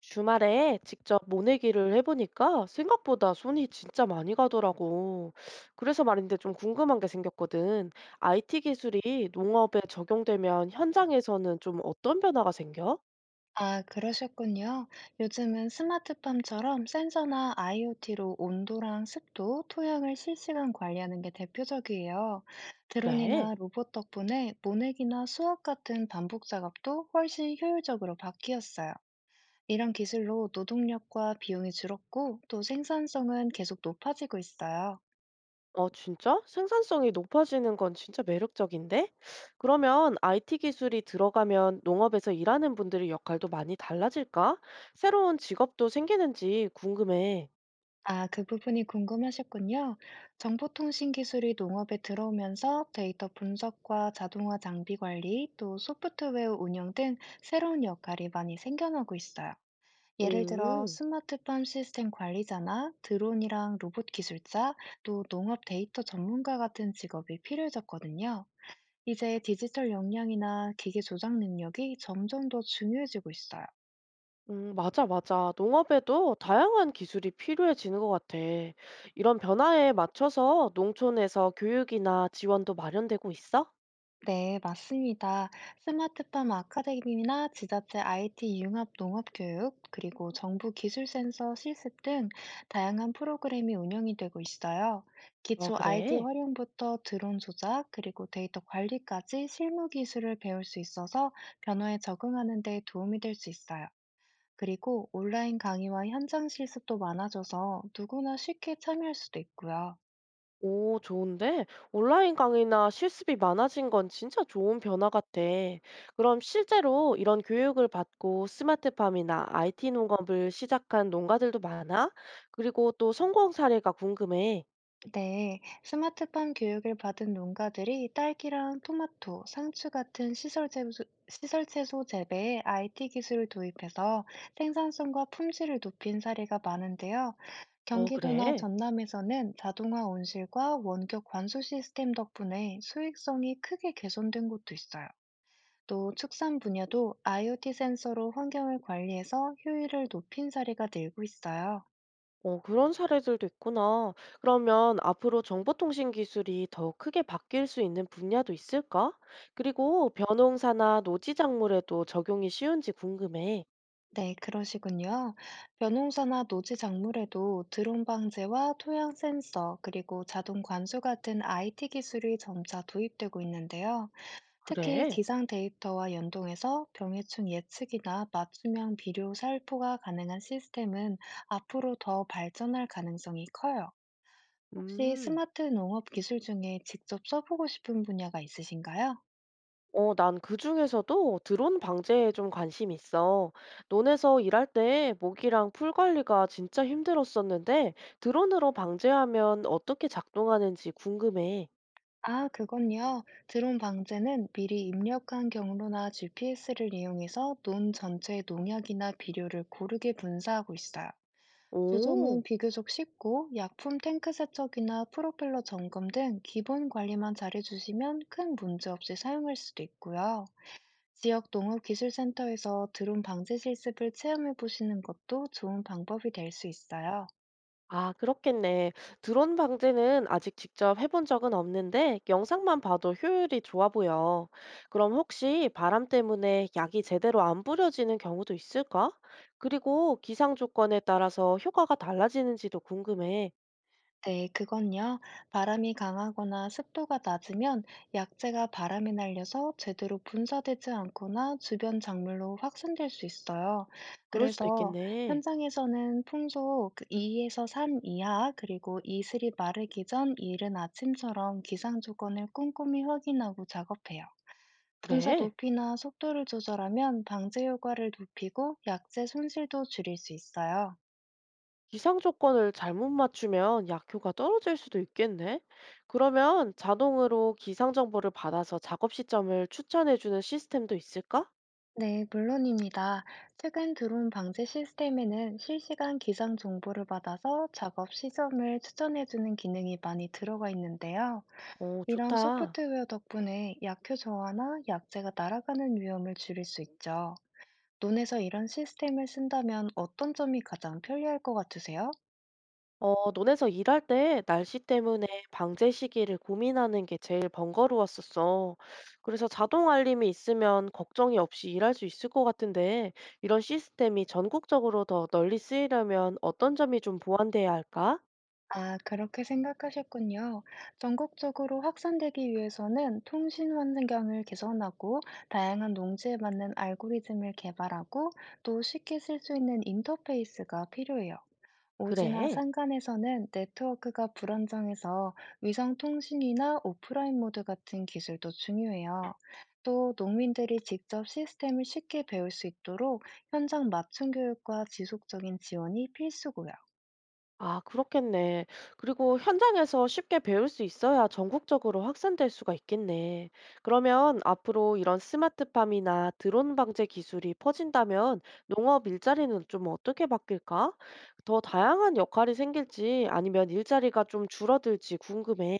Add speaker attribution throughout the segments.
Speaker 1: 주말에 직접 모내기를 해보니까 생각보다 손이 진짜 많이 가더라고. 그래서 말인데 좀 궁금한 게 생겼거든. IT 기술이 농업에 적용되면 현장에서는 좀 어떤 변화가 생겨?
Speaker 2: 아, 그러셨군요. 요즘은 스마트팜처럼 센서나 IoT로 온도랑 습도, 토양을 실시간 관리하는 게 대표적이에요.
Speaker 1: 그래.
Speaker 2: 드론이나 로봇 덕분에 모내기나 수확 같은 반복 작업도 훨씬 효율적으로 바뀌었어요. 이런 기술로 노동력과 비용이 줄었고, 또 생산성은 계속 높아지고 있어요.
Speaker 1: 어, 진짜? 생산성이 높아지는 건 진짜 매력적인데? 그러면 IT 기술이 들어가면 농업에서 일하는 분들의 역할도 많이 달라질까? 새로운 직업도 생기는지 궁금해.
Speaker 2: 아, 그 부분이 궁금하셨군요. 정보통신 기술이 농업에 들어오면서 데이터 분석과 자동화 장비 관리, 또 소프트웨어 운영 등 새로운 역할이 많이 생겨나고 있어요. 예를 들어
Speaker 1: 오.
Speaker 2: 스마트팜 시스템 관리자나 드론이랑 로봇 기술자, 또 농업 데이터 전문가 같은 직업이 필요해졌거든요. 이제 디지털 역량이나 기계 조작 능력이 점점 더 중요해지고 있어요.
Speaker 1: 맞아, 맞아. 농업에도 다양한 기술이 필요해지는 것 같아. 이런 변화에 맞춰서 농촌에서 교육이나 지원도 마련되고 있어?
Speaker 2: 네, 맞습니다. 스마트팜 아카데미나 지자체 IT 융합 농업교육, 그리고 정부 기술센서 실습 등 다양한 프로그램이 운영이 되고 있어요.
Speaker 1: 어,
Speaker 2: 기초 IT
Speaker 1: 그래.
Speaker 2: 활용부터 드론 조작, 그리고 데이터 관리까지 실무 기술을 배울 수 있어서 변화에 적응하는 데 도움이 될 수 있어요. 그리고 온라인 강의와 현장 실습도 많아져서 누구나 쉽게 참여할 수도 있고요.
Speaker 1: 오, 좋은데? 온라인 강의나 실습이 많아진 건 진짜 좋은 변화 같아. 그럼 실제로 이런 교육을 받고 스마트팜이나 IT 농업을 시작한 농가들도 많아? 그리고 또 성공 사례가 궁금해.
Speaker 2: 네, 스마트팜 교육을 받은 농가들이 딸기랑 토마토, 상추 같은 시설 채소 재배에 IT 기술을 도입해서 생산성과 품질을 높인 사례가 많은데요.
Speaker 1: 어,
Speaker 2: 경기도나
Speaker 1: 그래.
Speaker 2: 전남에서는 자동화 온실과 원격 관수 시스템 덕분에 수익성이 크게 개선된 곳도 있어요. 또 축산 분야도 IoT 센서로 환경을 관리해서 효율을 높인 사례가 늘고 있어요.
Speaker 1: 어, 그런 사례들도 있구나. 그러면 앞으로 정보통신 기술이 더 크게 바뀔 수 있는 분야도 있을까? 그리고 변호사나 노지작물에도 적용이 쉬운지 궁금해.
Speaker 2: 네, 그러시군요. 벼농사나 노지 작물에도 드론 방제와 토양 센서, 그리고 자동 관수 같은 IT 기술이 점차 도입되고 있는데요. 특히
Speaker 1: 그래.
Speaker 2: 기상 데이터와 연동해서 병해충 예측이나 맞춤형 비료 살포가 가능한 시스템은 앞으로 더 발전할 가능성이 커요. 혹시
Speaker 1: 음,
Speaker 2: 스마트 농업 기술 중에 직접 써보고 싶은 분야가 있으신가요?
Speaker 1: 난 그 중에서도 드론 방제에 좀 관심 있어. 논에서 일할 때 모기랑 풀 관리가 진짜 힘들었었는데 드론으로 방제하면 어떻게 작동하는지 궁금해.
Speaker 2: 아, 그건요. 드론 방제는 미리 입력한 경로나 GPS를 이용해서 논 전체의 농약이나 비료를 고르게 분사하고 있어요. 조종은
Speaker 1: 오.
Speaker 2: 비교적 쉽고 약품 탱크 세척이나 프로펠러 점검 등 기본 관리만 잘해주시면 큰 문제 없이 사용할 수도 있고요. 지역 농업기술센터에서 드론 방제 실습을 체험해 보시는 것도 좋은 방법이 될 수 있어요.
Speaker 1: 아, 그렇겠네. 드론 방제는 아직 직접 해본 적은 없는데 영상만 봐도 효율이 좋아 보여. 그럼 혹시 바람 때문에 약이 제대로 안 뿌려지는 경우도 있을까? 그리고 기상 조건에 따라서 효과가 달라지는지도 궁금해.
Speaker 2: 네, 그건요. 바람이 강하거나 습도가 낮으면 약재가 바람에 날려서 제대로 분사되지 않거나 주변 작물로 확산될 수 있어요.
Speaker 1: 그럴 수도
Speaker 2: 그래서
Speaker 1: 있겠네.
Speaker 2: 현장에서는 풍속 2에서 3 이하, 그리고 이슬이 마르기 전 이른 아침처럼 기상 조건을 꼼꼼히 확인하고 작업해요. 분사
Speaker 1: 그래.
Speaker 2: 높이나 속도를 조절하면 방제 효과를 높이고 약재 손실도 줄일 수 있어요.
Speaker 1: 기상 조건을 잘못 맞추면 약효가 떨어질 수도 있겠네. 그러면 자동으로 기상 정보를 받아서 작업 시점을 추천해주는 시스템도 있을까?
Speaker 2: 네, 물론입니다. 최근 드론 방제 시스템에는 실시간 기상 정보를 받아서 작업 시점을 추천해주는 기능이 많이 들어가 있는데요.
Speaker 1: 오,
Speaker 2: 이런
Speaker 1: 좋다.
Speaker 2: 소프트웨어 덕분에 약효 저하나 약재가 날아가는 위험을 줄일 수 있죠. 논에서 이런 시스템을 쓴다면 어떤 점이 가장 편리할 것 같으세요?
Speaker 1: 어, 논에서 일할 때 날씨 때문에 방제 시기를 고민하는 게 제일 번거로웠었어. 그래서 자동 알림이 있으면 걱정이 없이 일할 수 있을 것 같은데, 이런 시스템이 전국적으로 더 널리 쓰이려면 어떤 점이 좀 보완돼야 할까?
Speaker 2: 아, 그렇게 생각하셨군요. 전국적으로 확산되기 위해서는 통신 환경을 개선하고 다양한 농지에 맞는 알고리즘을 개발하고 또 쉽게 쓸 수 있는 인터페이스가 필요해요. 오지나
Speaker 1: 그래.
Speaker 2: 산간에서는 네트워크가 불안정해서 위성 통신이나 오프라인 모드 같은 기술도 중요해요. 또 농민들이 직접 시스템을 쉽게 배울 수 있도록 현장 맞춤 교육과 지속적인 지원이 필수고요.
Speaker 1: 아, 그렇겠네. 그리고 현장에서 쉽게 배울 수 있어야 전국적으로 확산될 수가 있겠네. 그러면 앞으로 이런 스마트팜이나 드론 방제 기술이 퍼진다면 농업 일자리는 좀 어떻게 바뀔까? 더 다양한 역할이 생길지 아니면 일자리가 좀 줄어들지 궁금해.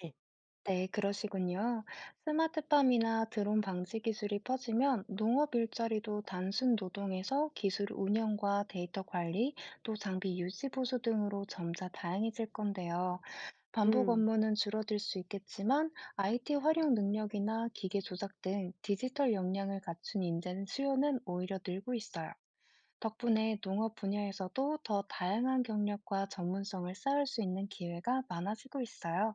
Speaker 2: 네, 그러시군요. 스마트팜이나 드론 방지 기술이 퍼지면 농업 일자리도 단순 노동에서 기술 운영과 데이터 관리, 또 장비 유지 보수 등으로 점차 다양해질 건데요. 반복
Speaker 1: 음.
Speaker 2: 업무는 줄어들 수 있겠지만 IT 활용 능력이나 기계 조작 등 디지털 역량을 갖춘 인재는 수요는 오히려 늘고 있어요. 덕분에 농업 분야에서도 더 다양한 경력과 전문성을 쌓을 수 있는 기회가 많아지고 있어요.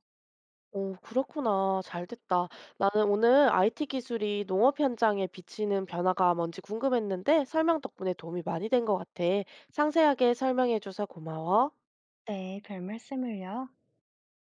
Speaker 1: 오, 그렇구나. 잘 됐다. 나는 오늘 IT 기술이 농업 현장에 비치는 변화가 뭔지 궁금했는데 설명 덕분에 도움이 많이 된 것 같아. 상세하게 설명해줘서 고마워.
Speaker 2: 네, 별 말씀을요.